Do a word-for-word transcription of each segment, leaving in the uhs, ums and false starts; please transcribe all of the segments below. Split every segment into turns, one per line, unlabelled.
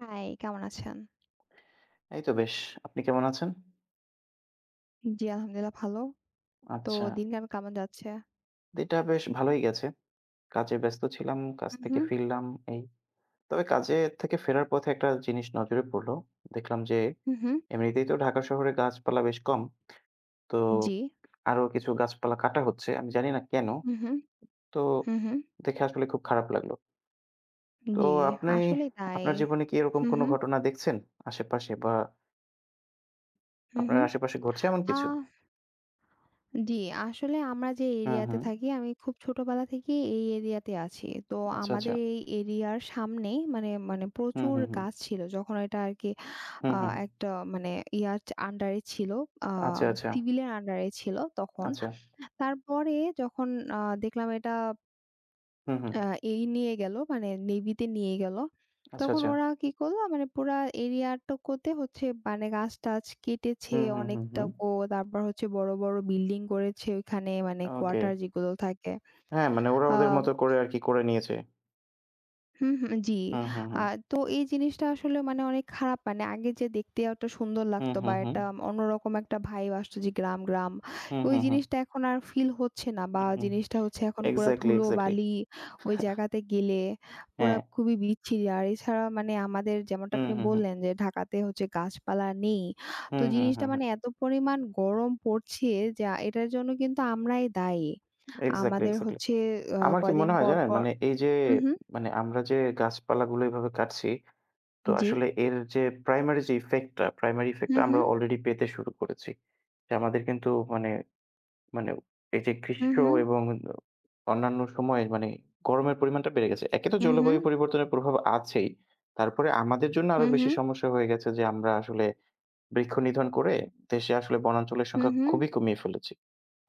High, কেমন আছেন?
এই তো বেশ। আপনি কেমন আছেন?
জি, আলহামদুলিল্লাহ ভালো। তো
আচ্ছা।
দিনকাল কেমন যাচ্ছে?
দিনটা বেশ ভালোই গেছে। কাজে ব্যস্ত ছিলাম, কাজ
হু,
থেকে
হু,
ফিরলাম এই। তবে কাজে থেকে ফেরার পথে একটা জিনিস নজরে পড়ল। দেখলাম যে
হু, হু।
এমনিতেই তো ঢাকা শহরে গাছপালা বেশ কম। তো
জি।
আরো কিছু গাছপালা কাটা হচ্ছে। আমি জানি না কেন?
হু, হু,
তো
হু, হু।
দেখে আসলে খুব খারাপ লাগলো। তো
জি,
আপনি
আসলেই তাই।
আপনার জীবনে কি এরকম
হু,
কোনো
হু,
ঘটনা দেখছেন আশেপাশে বা
হু,
আপনার
হু।
আশেপাশে ঘটছে এমন কিছু?
আহ জি, আসলে আমরা যে
হুম,
এরিয়াতে
হুম।
থাকি আমি খুব ছোটবেলা থেকেই এই এরিয়াতে আছি। তো
আচ্ছা, আচ্ছা।
আমাদের এই এরিয়ার সামনে মানে মানে
হুম,
প্রচুর
হুম, হুম।
গাছ ছিল। যখন এটা আরকি
হুম,
আ
হুম, হুম।
একটা মানে ইয়ার আন্ডারে ছিল, আ
আচ্ছা, আচ্ছা,
সিভিলের আন্ডারে ছিল তখন।
আচ্ছা।
তারপরে যখন আ দেখলাম এটা
হুম, হুম।
আ এই নিয়ে গেল মানে নেভি তে নিয়ে গেল।
আচ্ছা,
তখন
আচ্ছা।
ওরা কি করল মানে পুরা এরিয়াটুকুতে হচ্ছে মানে গাছ-টাছ কেটেছে
হুম, হুম, হুম, হুম।
অনেকটাকু। তারপর হচ্ছে বড়, বড় বিল্ডিং করেছে ওইখানে মানে
ওকে।
কোয়ার্টার যেগুলো থাকে।
হ্যাঁ, মানে ওরা ওদের
আ
মতো করে আরকি করে নিয়েছে।
হুম, হুম। জি।
হুম, হুম,
আ
হুম।
তো এই জিনিসটা আসলে মানে অনেক খারাপ মানে আগে যে দেখতে একটা সুন্দর
হুম,
লাগতো বা
হুম, হুম।
একটা অন্যরকম একটা ভাইব আসতো যে গ্রাম, গ্রাম।
হুম,
ওই
হুম, হুম।
জিনিসটা এখন আর ফিল হচ্ছে না
হুম,
বা
হুম।
জিনিসটা হচ্ছে এখন পুরা
এক্সাক্টলি,
ধুলো
এক্সাক্টলি।
বালি ওই জায়গাতে গেলে পুরা
হ্যাঁ।
খুবই বিচ্ছিরি। আর এছাড়া মানে আমাদের যেমনটা
হুম,
আপনি
হুম, হুম।
বললেন যে ঢাকাতে হচ্ছে গাছপালা নেই। তো
হুম, হুম,
জিনিসটা
হুম, হুম।
মানে এত পরিমাণ গরম পড়ছে যা এটার জন্য কিন্তু আমরাই দায়ী।
এক্সাক্টলি,
আমাদের
এক্সাক্টলি।
হচ্ছে আ
আমার কি
কয়দিন
মনে হয়
পর,
জানেন?
পর
মানে এই যে
হুম, হুম।
মানে আমরা যে গাছপালাগুলো এভাবে কাটছি, তো
জি।
আসলে এর যে প্রাইমারি যে ইফেক্ট টা, প্রাইমারি ইফেক্ট
হু,
টা
হু,
আমরা অলরেডি পেতে শুরু করেছি। যে আমাদের কিন্তু মানে মানে এই যে
হু,
গ্রীষ্ম
হু,
এবং অন্যান্য সময়ে মানে গরমের পরিমাণটা বেড়ে গেছে। একে তো
হু,
জলবায়ু পরিবর্তনের প্রভাব আছেই। তারপরে আমাদের জন্য
হু,
আরো
হু, হু,
বেশি সমস্যা হয়ে গেছে যে আমরা আসলে বৃক্ষ নিধন করে দেশে আসলে বনাঞ্চলের
হু,
সংখ্যা
হু,
খুবই কমিয়ে ফেলেছি।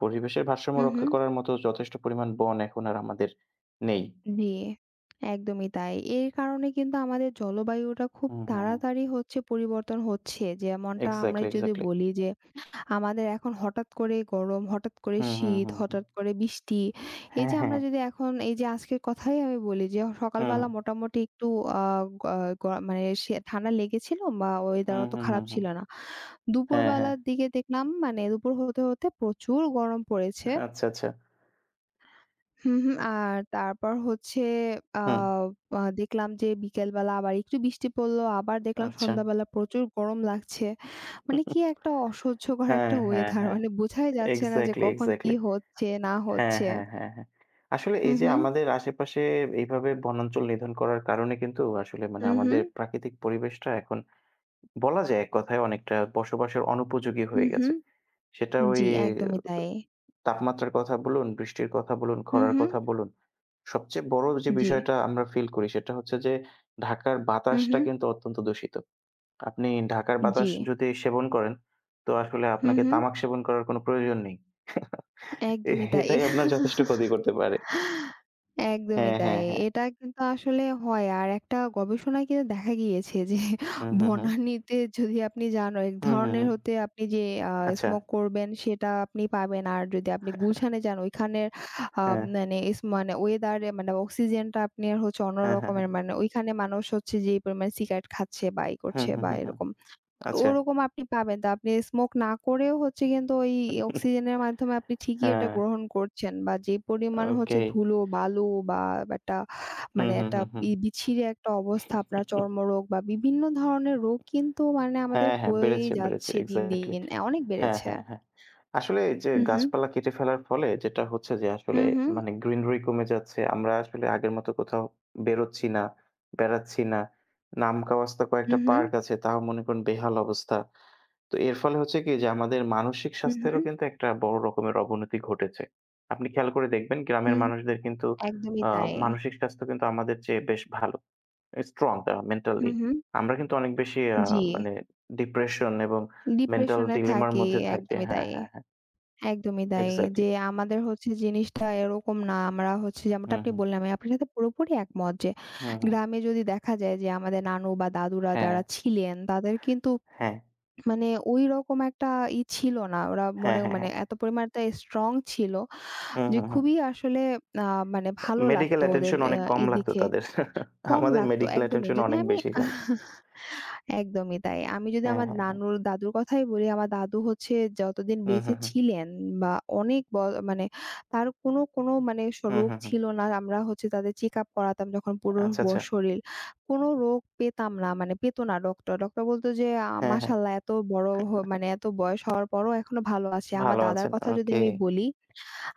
পরিবেশের ভারসাম্য
হু, হু।
রক্ষা করার মতো যথেষ্ট পরিমাণ বন এখন আর আমাদের নেই।
জি, একদমই তাই। এর কারণে কিন্তু আমাদের জলবায়ুটা খুব
হুম, হুম, হুম।
তাড়াতাড়ি হচ্ছে পরিবর্তন হচ্ছে। যেমনটা
এক্সাক্টলি,
আমরাই যদি
এক্সাক্টলি।
বলি যে আমাদের এখন হঠাৎ করে গরম, হঠাৎ করে
হুম, হুম,
শীত,
হুম, হুম।
হঠাৎ করে বৃষ্টি। এই
হ্যাঁ,
যে
হ্যাঁ,
আমরা যদি এখন এই যে আজকের কথাই আমি বলি যে
হুম,
সকালবেলা মোটামুটি একটু আ গ আহ, গ মানে সে ঠান্ডা লেগেছিল বা ওয়েদার
হুম,
অত
হুম,
খারাপ
হুম, হুম।
ছিল না।
হ্যাঁ, হ্যাঁ।
দুপুরবেলার দিকে দেখলাম মানে দুপুর হতে, হতে প্রচুর গরম পড়েছে।
আচ্ছা, আচ্ছা।
হুম, হুম। আর তারপর হচ্ছে আ
হুম,
আ দেখলাম যে বিকেলবেলা আবার একটু বৃষ্টি পড়লো। আবার দেখলাম
আচ্ছা।
সন্ধ্যাবেলা প্রচুর গরম লাগছে। মানে কি একটা অসহ্যকর
হ্যাঁ,
একটা
হ্যাঁ,
ওয়েদার।
হ্যাঁ।
মানে বোঝাই যাচ্ছে না যে
এক্সাক্টলি,
কখন কি
এক্সাক্টলি।
হচ্ছে না
হ্যাঁ,
হচ্ছে।
হ্যাঁ, হ্যাঁ, হ্যাঁ। আসলে এই
হুম,
যে
হুম।
আমাদের আশেপাশে এইভাবে বনাঞ্চল নিধন করার কারণে কিন্তু আসলে মানে
হুম, হুম।
আমাদের প্রাকৃতিক পরিবেশটা এখন বলা যায় এক কথায় অনেকটা বসবাসের অনুপযোগী হয়ে
হুম,
গেছে।
হুম।
সেটা ওই
জি, একদমই তাই।
তাপমাত্রার কথা বলুন, বৃষ্টির কথা বলুন,
হুম,
খরার
হুম।
কথা বলুন। সবচেয়ে বড় যে
জি।
বিষয়টা আমরা ফিল করি সেটা হচ্ছে যে ঢাকার
হুম,
বাতাসটা
হুম।
কিন্তু অত্যন্ত দূষিত। আপনি ঢাকার
জি।
বাতাস যদি সেবন করেন, তো আসলে
হুম,
আপনাকে
হুম।
তামাক সেবন করার কোনো প্রয়োজন নেই। এ
একদমই তাই।
এটাই আপনার যথেষ্ট ক্ষতি করতে পারে।
একদমই
হ্যাঁ,
তাই।
হ্যাঁ, হ্যাঁ।
এটা কিন্তু আসলে হয়। আর একটা গবেষণায় কিন্তু দেখা গিয়েছে যে
হুম, হুম, হুম।
বনানীতে যদি আপনি যান এক
হুম, হুম,
ধরনের
হুম।
হতে আপনি যে আ
আচ্ছা।
স্মোক করবেন সেটা আপনি পাবেন। আর যদি আপনি গুলশানে যান ওইখানের আ
হ্যাঁ,
মানে ইস মানে ওয়েদার এ মানে অক্সিজেনটা আপনার হচ্ছে
হ্যাঁ, হ্যাঁ, হ্যাঁ।
অন্যরকমের মানে ওইখানে মানুষ হচ্ছে যে পরিমাণে সিগারেট খাচ্ছে বা ই
হুম,
করছে
হুম,
বা
হুম, হুম।
এরকম। তো
আচ্ছা।
ওরকম আপনি পাবেন। তো আপনি স্মোক না করেও হচ্ছে কিন্তু ওই অক্সিজেনের মাধ্যমে আপনি ঠিকই এটা
হ্যাঁ,
গ্রহণ করছেন বা যে পরিমাণ
ওকে।
হচ্ছে ধুলো, বালু বা একটা
হুম,
মানে
হুম,
একটা
হুম, হুম।
বি বিচ্ছিরি একটা অবস্থা আপনার চর্মরোগ বা বিভিন্ন ধরনের রোগ কিন্তু মানে আমাদের
হ্যাঁ, হ্যাঁ,
হয়েই
বেড়েছে, বেড়েছে।
যাচ্ছে দিন,
এক্সাক্টলি।
দিন। অ্যা অনেক
হ্যাঁ,
বেড়েছে।
হ্যাঁ, হ্যাঁ। আসলে এই যে
হু, হু।
গাছপালা কেটে ফেলার ফলে যেটা হচ্ছে যে
হু,
আসলে
হু।
মানে গ্রিনারি কমে যাচ্ছে। আমরা আসলে আগের মতো কোথাও বেরোচ্ছি না, বেড়াচ্ছি না। নামকাওয়াস্তা
হু,
কয়েকটা
হু।
পার্ক আছে, তাও মনে করেন বেহাল অবস্থা। তো এর ফলে হচ্ছে কি যে আমাদের মানসিক
হু, হু।
স্বাস্থ্যেরও কিন্তু একটা বড় রকমের অবনতি ঘটেছে। আপনি খেয়াল করে দেখবেন
হু,
গ্রামের
হু।
মানুষদের কিন্তু
একদমই
আ
তাই।
মানসিক স্বাস্থ্য কিন্তু আমাদের চেয়ে বেশ ভালো। স্ট্রং তারা
হু,
মেন্টালি।
হু।
আমরা কিন্তু অনেক বেশি আ
জি।
মানে ডিপ্রেশন এবং মেন্টাল
ডিপ্রেশন এ
ডিলেমার
থাকি।
মধ্যে থাকি।
একদমই
হ্যাঁ,
তাই।
হ্যাঁ, হ্যাঁ।
একদমই তাই।
এক্সাক্টলি।
যে আমাদের হচ্ছে জিনিসটা এরকম না। আমরা হচ্ছে যেমনটা
হুম,
আপনি
হুম।
বললেন, আমি আপনার সাথে পুরোপুরি একমত যে
হুম, হুম।
গ্রামে যদি দেখা যায় যে আমাদের নানু বা দাদুরা
হ্যাঁ,
যারা ছিলেন তাদের কিন্তু
হ্যাঁ।
মানে ওইরকম একটা ই ছিল না। ওরা
হ্যাঁ,
মনে
হ্যাঁ,
মানে
হ্যাঁ।
এত পরিমাণে স্ট্রং ছিল
হুম,
যে
হুম, হুম।
খুবই আসলে আ মানে ভালো
মেডিকেল
লাগতো ওদের
অ্যাটেনশন অনেক
অ্যা
কম
ই
লাগতো
দেখে।
তাদের।
কম
আমাদের
লাগতো
মেডিকেল
একদমই।
অ্যাটেনশন
যদি
অনেক
আমি
বেশি লাগে।
একদমই তাই। আমি যদি
হ্যাঁ,
আমার
হ্যাঁ, হ্যাঁ।
নানুর দাদুর কথাই বলি, আমার দাদু হচ্ছে যতদিন
হুম,
বেঁচে
হুম, হুম।
ছিলেন বা অনেক ব মানে তার কোনো, কোনো মানে স
হুম,
রোগ
হুম, হুম।
ছিল না। আমরা হচ্ছে তাদের চেকআপ করাতাম যখন পুরো
আচ্ছা,
ব
আচ্ছা।
শরীর। কোনো রোগ পেতাম না মানে পেত না ডক্টর। ডক্টর বলত যে, আ
হ্যাঁ, হ্যাঁ।
"মাশাআল্লাহ এত বড় হ মানে এত বয়স হওয়ার পরও এখনো ভালো আছে।" আমার
ভালো
দাদার
আছেন।
কথা যদি
ওকে।
আমি বলি,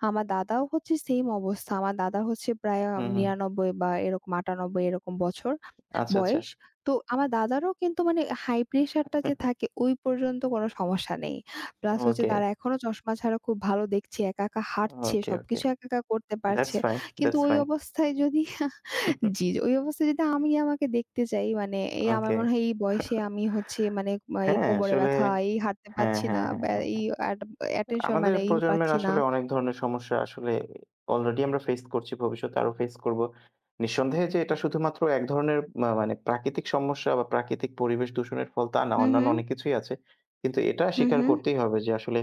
আমার দাদাও হচ্ছে সেইম অবস্থা। আমার দাদা হচ্ছে প্রায় আ
হুম, হুম।
নিরানব্বই বা এরকম আটানব্বই এরকম বছর।
আচ্ছা, আচ্ছা।
বয়স। তো আমার দাদারও কিন্তু মানে হাই প্রেশার টা যে থাকে ওই পর্যন্ত কোনো সমস্যা নেই। প্লাস হচ্ছে
ওকে,
তারা এখনো চশমা ছাড়া খুব ভালো দেখছে। একা, একা হাঁটছে।
ওকে, ওকে।
সবকিছু একা, একা করতে
দ্যাটস
পারছে।
ফাইন,
কিন্তু
দ্যাটস
ওই
ফাইন।
অবস্থায় যদি জি, ওই অবস্থায় যদি আমি আমাকে দেখতে যাই মানে এই আমার
ওকে।
মনে হয় এই বয়সে আমি হচ্ছে মানে আ এই
হ্যাঁ,
কোমরে
আসলে
ব্যথা, এই হাঁটতে
হ্যাঁ,
পারছি না,
হ্যাঁ, হ্যাঁ,
ব্যা
হ্যাঁ,
এই
হ্যাঁ।
অ্যাট অ্যাটেনশন
আমাদের
মানে এই
প্রজন্মের
পাচ্ছি না।
আসলে অনেক ধরনের সমস্যা আসলে অলরেডি আমরা ফেস করছি, ভবিষ্যতে আরো ফেস করব। নিঃসন্দেহে যে এটা শুধুমাত্র এক ধরনের মা মানে প্রাকৃতিক সমস্যা বা প্রাকৃতিক পরিবেশ দূষণের ফল তা না,
হু, হু,
অন্যান্য অনেক কিছুই আছে। কিন্তু এটা
হু,
স্বীকার
হু,
করতেই হবে যে আসলে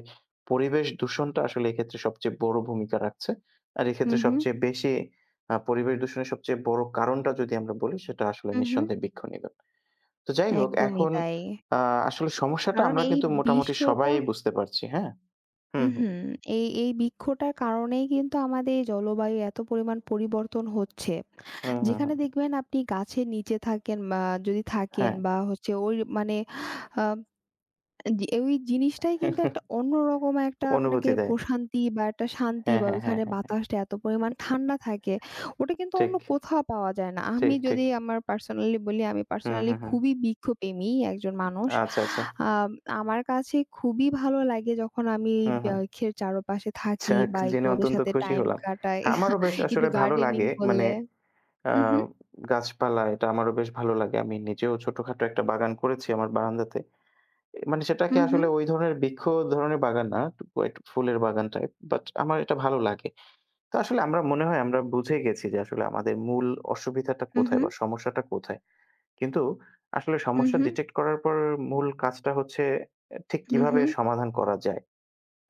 পরিবেশ দূষণটা আসলে এক্ষেত্রে সবচেয়ে বড় ভূমিকা রাখছে। আর
হু,
এক্ষেত্রে
হু,
সবচেয়ে বেশি আ পরিবেশ দূষণের সবচেয়ে বড় কারণটা যদি আমরা বলি সেটা আসলে
হু, হু।
নিঃসন্দেহে বৃক্ষনিধন। তো যাই হোক
একদমই
এখন
তাই।
আ আসলে সমস্যাটা
কারণ
আমরা
এই
কিন্তু মোটামুটি সবাই
বিশ্বটা
বুঝতে পারছি, হ্যাঁ? হুম, হুম,
উহু, এই এই বৃক্ষটার কারণেই কিন্তু আমাদের এই জলবায়ু এত পরিমাণ পরিবর্তন হচ্ছে।
হুম, হুম,
যেখানে
হুম,
দেখবেন আপনি গাছের নিচে থাকেন বা যদি থাকেন
হ্যাঁ।
বা হচ্ছে ওই মানে আ জি ওই জিনিসটাই কিন্তু একটা অন্যরকম একটা আপনাকে
অনুভূতি দেয়।
প্রশান্তি বা একটা শান্তি
হ্যাঁ,
বা
হ্যাঁ, হ্যাঁ, হ্যাঁ,
ওইখানে
হ্যাঁ, হ্যাঁ।
বাতাসটা এত পরিমাণ ঠান্ডা থাকে, ওটা কিন্তু
ঠিক,
অন্য কোথাও পাওয়া যায় না। আমি
ঠিক, ঠিক।
যদি আমার পার্সোনালি বলি, আমি
হুম,
পার্সোনালি
হুম, হুম।
খুবই বৃক্ষপ্রেমী একজন মানুষ।
আচ্ছা, আচ্ছা।
আম আমার কাছে খুবই ভালো লাগে যখন আমি
হুম, হুম।
বাখের চারপাশে থাকি
যাক
বা একটু
জেনে
ওদের
অত্যন্ত
সাথে
খুশি
টাইম
হলাম।
কাটাই।
আমারও বেশ
একটু
আসলে ভালো
গার্ডেনিং
লাগে মানে
করলে
আ
উহু,
গাছপালা এটা আমারও বেশ ভালো লাগে। আমি নিজেও ছোটখাটো একটা বাগান করেছি আমার বারান্দাতে। এ মানে সেটাকে
উহু,
আসলে ওই ধরনের বৃক্ষ ধরনের বাগান না, একটু একটু ফুলের বাগান টাইপ। বাট আমার এটা ভালো লাগে। তো আসলে আমরা মনে হয় আমরা বুঝে গেছি যে আসলে আমাদের মূল অসুবিধাটা কোথায়
উহু,
বা সমস্যাটা কোথায়। কিন্তু আসলে সমস্যা
উহু,
ডিটেক্ট করার পর মূল কাজটা হচ্ছে এ ঠিক কিভাবে
উহু,
সমাধান করা যায়।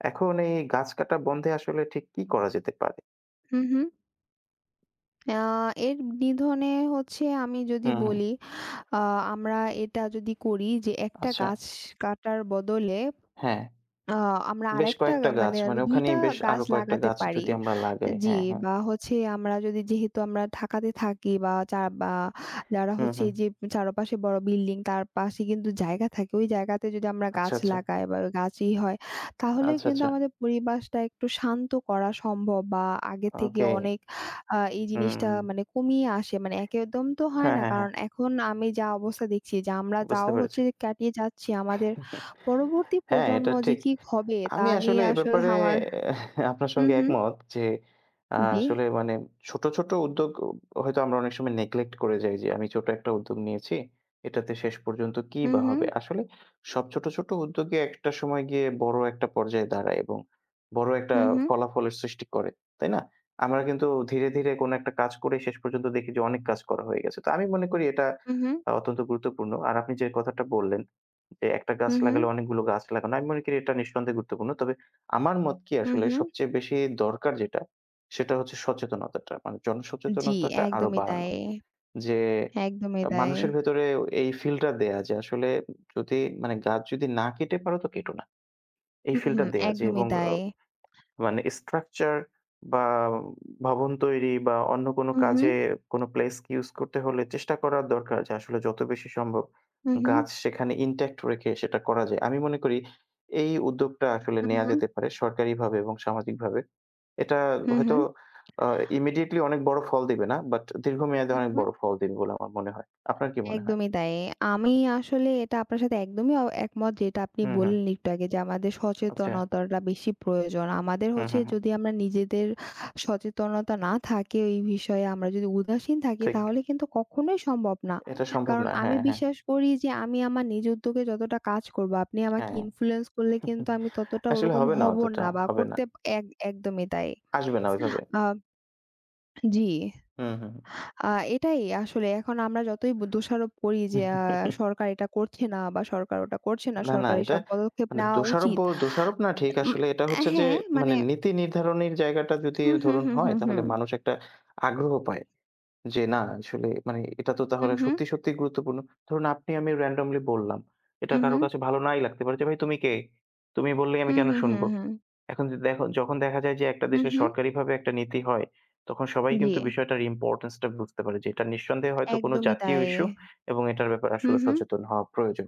এখন এই গাছ কাটা বন্ধে আসলে ঠিক কি করা যেতে পারে?
উহু। আ এর নিধনে হচ্ছে আমি যদি
হুম, হুম।
বলি আ আমরা এটা যদি করি যে একটা
আচ্ছা।
গাছ কাটার বদলে
হ্যাঁ,
আ আমরা
বেশ
আরেকটা
কয়েকটা
গা-
গাছ
মানে আরো
মানে
দুই টা
ওখানেই বেশ
গাছ
আরো কয়েকটা
লাগাতে
গাছ
পারি।
যদি আমরা লাগাই।
জি,
হ্যাঁ, হ্যাঁ।
বা হচ্ছে আমরা যদি যেহেতু আমরা ঢাকাতে থাকি বা চা বা যারা
হুম,
হচ্ছে
হুম।
এই যে চারপাশে বড় বিল্ডিং তার পাশে কিন্তু জায়গা থাকে। ওই জায়গাতে যদি আমরা
আচ্ছা,
গাছ
আচ্ছা।
লাগাই বা গাছই হয় তাহলে
আচ্ছা,
কিন্তু
আচ্ছা।
আমাদের পরিবেশটা একটু শান্ত করা সম্ভব বা আগে থেকে
ওকে।
অনেক আ এই জিনিসটা
হুম।
মানে কমিয়ে আসে। মানে একদম তো হয়
হ্যাঁ,
না।
হ্যাঁ, হ্যাঁ।
কারণ এখন আমি যা অবস্থা দেখছি যে আমরা
বুঝতে
যাও
পেরেছি।
হচ্ছে কাটিয়ে যাচ্ছি আমাদের পরবর্তী
হ্যাঁ,
প্রজন্ম
এটা
যে
ঠিক।
কি হবে তা
আমি আসলে
নিয়ে
এ
আসলে
ব্যাপারে
আমার
আপনার
হুম,
সঙ্গে
হুম।
একমত যে আ
জি।
আসলে মানে ছোট, ছোট উদ্যোগ হয়তো আমরা অনেক সময় নেগলেক্ট করে যাই যে আমি ছোট একটা উদ্যোগ নিয়েছি। এটাতে শেষ পর্যন্ত কি
হুম,
বা
হুম।
হবে? আসলে সব ছোট, ছোট উদ্যোগই একটা সময় গিয়ে বড় একটা পর্যায়ে দাঁড়ায় এবং বড় একটা
হুম, হুম।
ফলাফলের সৃষ্টি করে। তাই না? আমরা কিন্তু ধীরে, ধীরে কোনো একটা কাজ করে শেষ পর্যন্ত দেখি যে অনেক কাজ করা হয়ে গেছে। তো আমি মনে করি এটা
হুম, হুম।
আ অত্যন্ত গুরুত্বপূর্ণ। আর আপনি যে কথাটা বললেন যে একটা গাছ
হুম, হুম।
লাগালে অনেকগুলো গাছ লাগানো। আমি মনে করি এটা নিঃসন্দেহে গুরুত্বপূর্ণ। তবে আমার মত কি
হুম,
আসলে
হুম।
সবচেয়ে বেশি দরকার যেটা, সেটা হচ্ছে সচেতনতাটা। মানে
জি,
জনসচেতনতাটা আরো
একদমই
বাড়ানো।
তাই।
যে
একদমই
আ
তাই।
মানুষের ভেতরে এই ফিলটা দেয়া যে আসলে যদি মানে গাছ যদি না কেটে পারো তো কেটো না। এই
হুম,
ফিলটা
হুম।
দেয়া যে
একদমই
এবং আ
তাই।
মানে স্ট্রাকচার বা ভবন তৈরি বা অন্য কোনো
হুম, হুম।
কাজে কোনো প্লেস কে ইউস করতে হলে চেষ্টা করার দরকার যে আসলে যত বেশি সম্ভব
হুম, হুম।
গাছ সেখানে ইনট্যাক্ট রেখে সেটা করা যায়। আমি মনে করি এই উদ্যোগটা আসলে
হুম,
নেয়া
হুম।
যেতে পারে সরকারিভাবে এবং সামাজিকভাবে। এটা
হুম,
হয়তো
হুম।
আ ইমিডিয়েটলি অনেক বড় ফল দিবে না, বাট দীর্ঘমেয়াদে
হুম,
অনেক
হুম।
বড় ফল দিবে বলে আমার মনে হয়। আপনার কি মনে হয়?
একদমই তাই। আমি আসলে এটা আপনার সাথে একদমই অ একমত যেটা আপনি
হুম, হুম।
বললেন একটু আগে যে আমাদের
আচ্ছা।
সচেতনতাটা বেশি প্রয়োজন। আমাদের
হুম,
হচ্ছে
হুম, হুম।
যদি আমরা নিজেদের সচেতনতা না থাকে এই বিষয়ে আমরা যদি উদাসীন থাকি
ঠিক।
তাহলে কিন্তু কখনোই সম্ভব না।
এটা সম্ভব
কারণ
না।
আমি
হ্যাঁ, হ্যাঁ।
বিশ্বাস করি যে আমি আমার নিজ উদ্যোগে যতটা কাজ করব আপনি আমাকে
হ্যাঁ।
ইনফ্লুয়েন্স করলে কিন্তু আমি ততটা
আসলে
ওরকম
হবে না
হব
অতটা,
না বা
হবে না।
করতে এক একদমই তাই।
আসবে না ওইভাবে।
আ জি।
হুম, হুম।
আ এটাই আসলে এখন আমরা যতই ব দোষারোপ করি যে আ
হুম।
সরকার এটা করছে না বা সরকার ওটা করছে না,
না, না
সরকার
এটা
এসব পদক্ষেপ
মানে
নেওয়া
দোষারোপ
উচিত।
ব- দোষারোপ না ঠিক
উম
আসলে এটা হচ্ছে যে
হ্যাঁ,
মানে
মানে
নীতি নির্ধারণের জায়গাটা যদি
হুম, হুম,
ধরুন
হুম,
হয়
হুম,
তাহলে
হুম।
মানুষ একটা আগ্রহ পায়। যে না আসলে মানে এটা তো
হুম,
তাহলে
হুম,
সত্যি, সত্যিই গুরুত্বপূর্ণ। ধরুন আপনি আমি randomly বললাম। এটা
হুম,
কারো
হুম।
কাছে ভালো নাই লাগতে পারে যে, "ভাই তুমি কে? তুমি বললেই আমি
হুম,
কেন
হুম, হুম,
শুনবো?"
হুম।
এখন যদি দেখো যখন দেখা যায় যে একটা
হুম,
দেশের
হুম।
সরকারিভাবে একটা নীতি হয়, তখন সবাই
জি,
কিন্তু বিষয়টার ইম্পোর্টেন্স টা বুঝতে পারে যে এটা নিঃসন্দেহে হয়তো কোনো
একদমই
জাতীয়
তাই।
ইস্যু এবং এটার ব্যাপারে
হুম,
আসলে
হুম।
সচেতন হওয়া প্রয়োজন।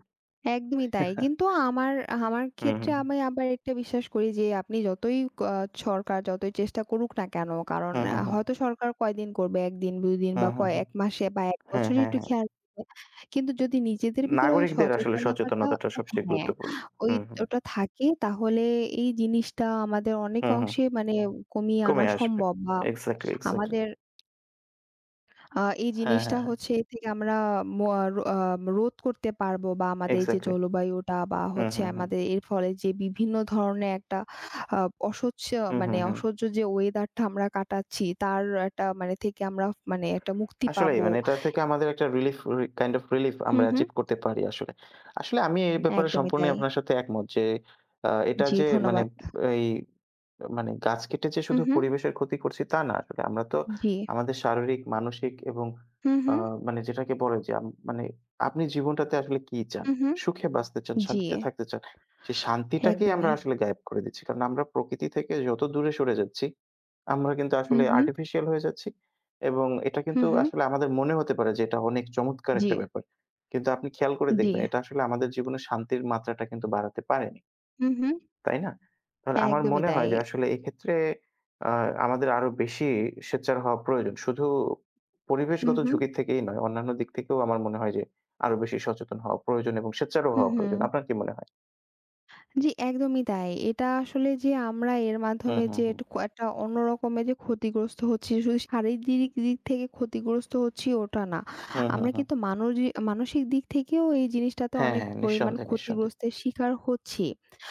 একদমই তাই। কিন্তু আমার আমার
হুম,
ক্ষেত্রে
হুম,
আমি আবার একটা বিশ্বাস করি যে আপনি যতই আ সরকার যতই চেষ্টা করুক না কেন কারণ
হুম,
আ
হুম, হুম,
হয়তো সরকার কয়দিন করবে এক দিন দুই দিন
হুম,
বা
হুম,
কয়
হুম।
এক মাসে বা এক
হ্যাঁ,
বছরে
হ্যাঁ,
একটু
হ্যাঁ।
খেয়াল রাখবে। কিন্তু যদি নিজেদের ভিতরে ওই
নাগরিকদের আসলে
সচেতনতাটা
সচেতনতাটা সবচেয়ে
হ্যাঁ,
গুরুত্বপূর্ণ।
ওই
হুম, হুম,
ওটা থাকে তাহলে এই জিনিসটা আমাদের অনেক
হুম, হুম।
অংশে মানে কমিয়ে
কমে
আনা
আসবে।
সম্ভব বা
এক্সাক্টলি, এক্সাক্টলি।
আমাদের আ এই
হ্যাঁ, হ্যাঁ,
জিনিসটা
হ্যাঁ।
হচ্ছে এ থেকে আমরা ম আহ, রো আ রোধ করতে পারবো বা আমাদের যে
এক্সাক্টলি।
জলবায়ুটা বা
হুম,
হচ্ছে
হুম, হুম।
আমাদের এর ফলে যে বিভিন্ন ধরনের একটা আ অসহ্য
হুম, হুম,
মানে
হুম।
অসহ্য যে ওয়েদারটা আমরা কাটাচ্ছি তার একটা মানে থেকে আমরা মানে একটা মুক্তি
আসলেই
পাবো।
মানে এটা থেকে আমাদের একটা রিলিফ রি কাইন্ড অফ রিলিফ
হুম,
আমরা
হুম।
অ্যাচিভ করতে পারি আসলে। আসলে আমি এই ব্যাপারে
একদমই
সম্পূর্ণই
তাই।
আপনার সাথে একমত যে, আ এটা
জি,
যে মানে
ধন্যবাদ।
এই মানে গাছ কেটে যে
হুম,
শুধু
হুম।
পরিবেশের ক্ষতি করছি তা না আসলে। আমরা তো
জি।
আমাদের শারীরিক, মানসিক এবং
হুম,
আ
হুম।
মানে যেটাকে বলে যে আম মানে আপনি জীবনটাতে আসলে কি চান?
হুম, হুম।
সুখে বাঁচতে চান,
জি,
শান্তিতে থাকতে চান। সেই শান্তিটাকেই আমরা
একদমই।
আসলে গায়েব করে দিচ্ছি। কারণ আমরা প্রকৃতি থেকে যত দূরে সরে যাচ্ছি, আমরা কিন্তু
হুম,
আসলে
হুম।
আর্টিফিশিয়াল হয়ে যাচ্ছি এবং এটা কিন্তু
হুম, হুম।
আসলে আমাদের মনে হতে পারে যে এটা অনেক চমৎকার
জি,
একটা ব্যাপার। কিন্তু আপনি খেয়াল করে
জি।
দেখবেন এটা আসলে আমাদের জীবনে শান্তির মাত্রাটা কিন্তু বাড়াতে পারে না।
হুম, হুম।
তাই না? তাহলে আমার
একদমই
মনে
তাই।
হয় যে আসলে এক্ষেত্রে আ আমাদের আরো বেশি সোচ্চার হওয়া প্রয়োজন। শুধু
হুম,
পরিবেশগত
হুম।
ঝুঁকি থেকেই নয়, অন্যান্য দিক থেকেও আমার মনে হয় যে আরো বেশি সচেতন হওয়া প্রয়োজন এবং সোচ্চারও
হুম,
হওয়া প্রয়োজন।
হুম।
আপনার কি মনে হয়?
জি, একদমই তাই। এটা আসলে যে আমরা এর
হুম,
মাধ্যমে
হুম,
যে
হুম।
একটু ক একটা অন্য রকমের যে ক্ষতিগ্রস্ত হচ্ছি, শুধু শারীরিক দিক থেকে ক্ষতিগ্রস্ত হচ্ছি ওটা না।
হুম, হুম,
আমরা
হুম।
কিন্তু মানজি মানসিক দিক থেকেও এই জিনিসটাতে
হ্যাঁ,
অনেক
হ্যাঁ,
পরিমাণ
নিঃসন্দেহে, নিঃসন্দেহে।
ক্ষতিগ্রস্তের শিকার হচ্ছি।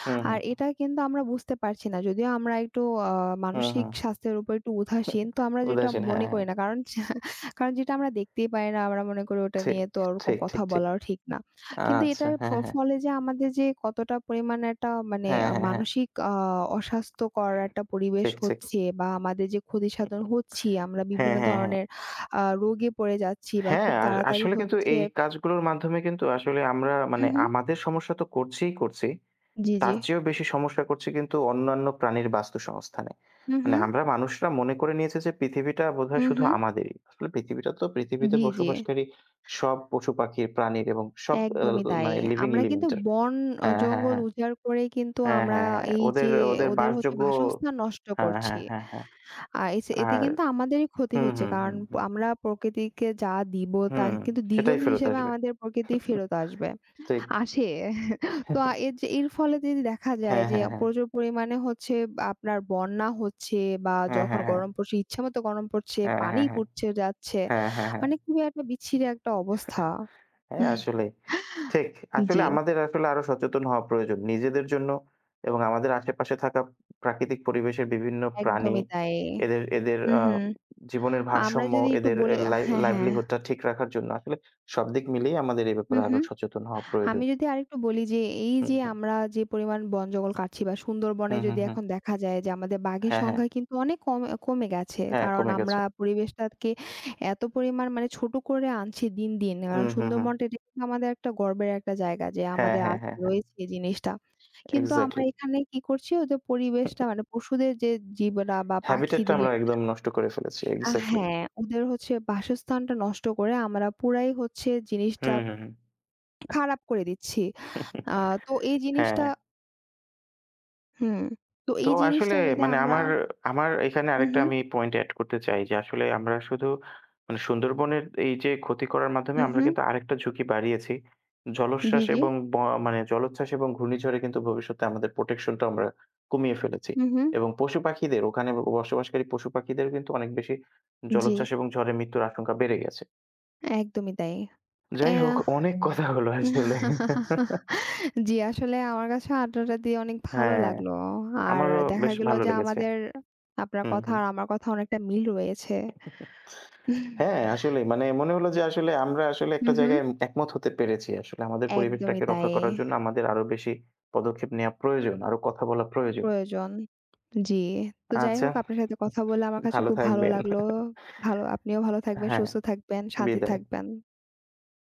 হুম,
আর
হুম, হুম,
এটা কিন্তু আমরা বুঝতে পারছি না। যদিও আমরা একটু আ
হুম,
মানসিক
হুম।
স্বাস্থ্যের উপর একটু উদাসীন। তো আমরা যেটা
উদাসীন, হ্যাঁ,
মনে
হ্যাঁ।
করি না। কারণ যা- কারণ যেটা আমরা দেখতেই পাই না, আমরা মনে করি ওটা
ঠিক,
নিয়ে তো ওরকম
ঠিক, ঠিক,
কথা
ঠিক।
বলাও ঠিক না। কিন্তু
আচ্ছা,
এটার ফ
হ্যাঁ, হ্যাঁ।
ফলে যে আমাদের যে কতটা পরিমাণে একটা মানে
হ্যাঁ,
আ
হ্যাঁ, হ্যাঁ।
মানসিক আ অস্বাস্থ্যকর একটা পরিবেশ
ঠিক, ঠিক।
হচ্ছে বা আমাদের যে ক্ষতিসাধন হচ্ছি, আমরা
হ্যাঁ,
বিভিন্ন
হ্যাঁ, হ্যাঁ।
ধরনের আ রোগে পড়ে যাচ্ছি বা
হ্যাঁ,
খুব
আর
তাড়াতাড়ি
আসলে কিন্তু
হচ্ছে
এই কাজগুলোর মাধ্যমে কিন্তু আসলে আমরা
হু,
মানে
হু।
আমাদের সমস্যা তো করছিই করছি।
জি, জি।
তার চেয়েও বেশি সমস্যা করছি কিন্তু অন্যান্য প্রাণীর বাস্তুসংস্থানে।
হু, হু।
মানে আমরা মানুষরা মনে করে নিয়েছি যে পৃথিবীটা
হু,
বোধহয় শুধু
হু।
আমাদেরই। আসলে পৃথিবীটা তো পৃথিবীতে
জি, জি।
বসবাসকারী সব পশু-পাখির, প্রাণীর এবং সব আ
একদমই তাই।
মানে লিভিং
আমরা কিন্তু
এলিমেন্ট এর।
বন অ
হ্যাঁ, হ্যাঁ,
জঙ্গল
হ্যাঁ।
উজাড় করে কিন্তু
হ্যাঁ,
আমরা
হ্যাঁ, হ্যাঁ।
এই
ওদের
যে
ওদের
ওদের হচ্ছে
বাসযোগ্য
বাসস্থান নষ্ট
হ্যাঁ,
করছি।
হ্যাঁ, হ্যাঁ, হ্যাঁ।
আর এস এতে
আর
কিন্তু আমাদেরই ক্ষতি
হুম,
হচ্ছে।
হুম,
কারণ
হুম,
প-
হুম।
আমরা প্রকৃতিকে যা দিব তার
হুম,
কিন্তু
সেটাই
দ্বিগুণ
ফেরত
হিসেবে
আসবে।
আমাদের প্রকৃতি ফেরত আসবে।
ঠিক।
আসে। তো আ এর যে এর ফলে যদি দেখা যায়
হ্যাঁ,
যে
হ্যাঁ, হ্যাঁ।
প্রচুর পরিমাণে হচ্ছে আপনার বন্যা হচ্ছে বা
হ্যাঁ,
যখন
হ্যাঁ, হ্যাঁ।
গরম পড়ছে ইচ্ছামতো গরম পড়ছে,
হ্যাঁ,
পানি
হ্যাঁ, হ্যাঁ।
পড়ছে যাচ্ছে।
হ্যাঁ, হ্যাঁ, হ্যাঁ।
মানে খুবই একটা বিচ্ছিরি একটা অবস্থা।
হ্যাঁ, হ্যাঁ, আসলেই। ঠিক।
জি।
আসলে আমাদের আসলে আরো সচেতন হওয়া প্রয়োজন। নিজেদের জন্য এবং আমাদের আশেপাশে থাকা প্রাকৃতিক পরিবেশের বিভিন্ন প্রাণী,
একদমই তাই।
এদের এদের
হুম,
আ
হুম।
জীবনের
আমরা
ভারসাম্য,
যদি একটু
এদের এ
বলে
লাই
হ্যাঁ, হ্যাঁ।
লাইভলিহুড টা ঠিক রাখার জন্য আসলে সব দিক মিলিয়ে আমাদের এই ব্যাপারে
হুম,
আরো
হুম।
সচেতন হওয়া
আমি
প্রয়োজন।
যদি আরেকটু বলি যে এই যে
হুম, হুম।
আমরা যে পরিমাণ বন-জঙ্গল কাটছি বা সুন্দরবনে
হুম, হুম,
যদি
হুম।
এখন দেখা যায় যে আমাদের বাঘের
হ্যাঁ, হ্যাঁ।
সংখ্যা কিন্তু অনেক কমে কমে গেছে।
হ্যাঁ,
কারণ
কমে
আমরা
গেছে।
পরিবেশটাকে এত পরিমাণ মানে ছোট করে আনছি দিন, দিন। কারণ
হুম, হুম, হুম।
সুন্দরবনটা এটা কিন্তু আমাদের একটা গর্বের একটা জায়গা যে
হ্যাঁ,
আমাদের
হ্যাঁ,
আছে
হ্যাঁ, হ্যাঁ।
রয়েছে এই জিনিসটা। কিন্তু আমরা
এক্সাক্টলি।
এখানে কি করছি ওদের পরিবেশটা মানে পশুদের যে জীবনা বা
হ্যাবিটেট টা আমরা
পাখিদের
একদম নষ্ট করে ফেলেছি।
Uh
exactly.
হ্যাঁ, ওদের হচ্ছে বাসস্থানটা নষ্ট করে আমরা পুরাই হচ্ছে জিনিসটা
হুম, হুম, হুম।
খারাপ করে দিচ্ছি। আ তো এই
হ্যাঁ,
জিনিসটা হুম, তো
তো
এই
আসলে
জিনিসটা যদি
মানে
আমরা
আমার আমার এখানে
হু,
আরেকটা
হু,
আমি পয়েন্ট এড করতে চাই যে আসলে আমরা শুধু মানে সুন্দরবনের এই যে ক্ষতি করার মাধ্যমে
হু,
আমরা
হু,
কিন্তু আরেকটা ঝুঁকি বাড়িয়েছি।
জি,
জলোচ্ছ্বাস
জি,
এবং ব মানে জলোচ্ছ্বাস এবং ঘূর্ণিঝড়ে কিন্তু ভবিষ্যতে আমাদের প্রোটেকশন টা আমরা কমিয়ে ফেলেছি।
হু, হু,
এবং পশু-পাখিদের ওখানে বসবাসকারী পশু-পাখিদের কিন্তু অনেক বেশি
জি,
জলোচ্ছ্বাস এবং ঝড়ে মৃত্যুর আশঙ্কা বেড়ে গেছে।
একদমই তাই।
যাই হোক
এহ
অনেক কথা হলো আসলে।
জি, আসলে আমার কাছে আড্ডাটা দিয়ে অনেক ভালো
হ্যাঁ,
লাগলো। আর
আমারও
দেখা
বেশ
গেল
ভালো
যে
লেগেছে।
আমাদের আপনার
হুম,
কথা
হুম।
আর আমার কথা অনেকটা মিল রয়েছে।
হ্যাঁ, আসলেই মানে মনে হলো যে আসলে আমরা আসলে একটা
হু, হু,
জায়গায় একমত হতে পেরেছি। আসলে আমাদের
একদমই
পরিবেশটাকে রক্ষা
তাই।
করার জন্য আমাদের আরো বেশি পদক্ষেপ নেয়া প্রয়োজন। আরো কথা বলা প্রয়োজন।
প্রয়োজন। জি। তো যাই
আচ্ছা,
হোক আপনার সাথে কথা বলে আমার কাছে
ভালো
খুব ভালো
থাকবেন।
লাগলো। ভালো আপনিও ভালো থাকবেন,
হ্যাঁ,
সুস্থ থাকবেন, শান্তি
বিদায়।
থাকবেন।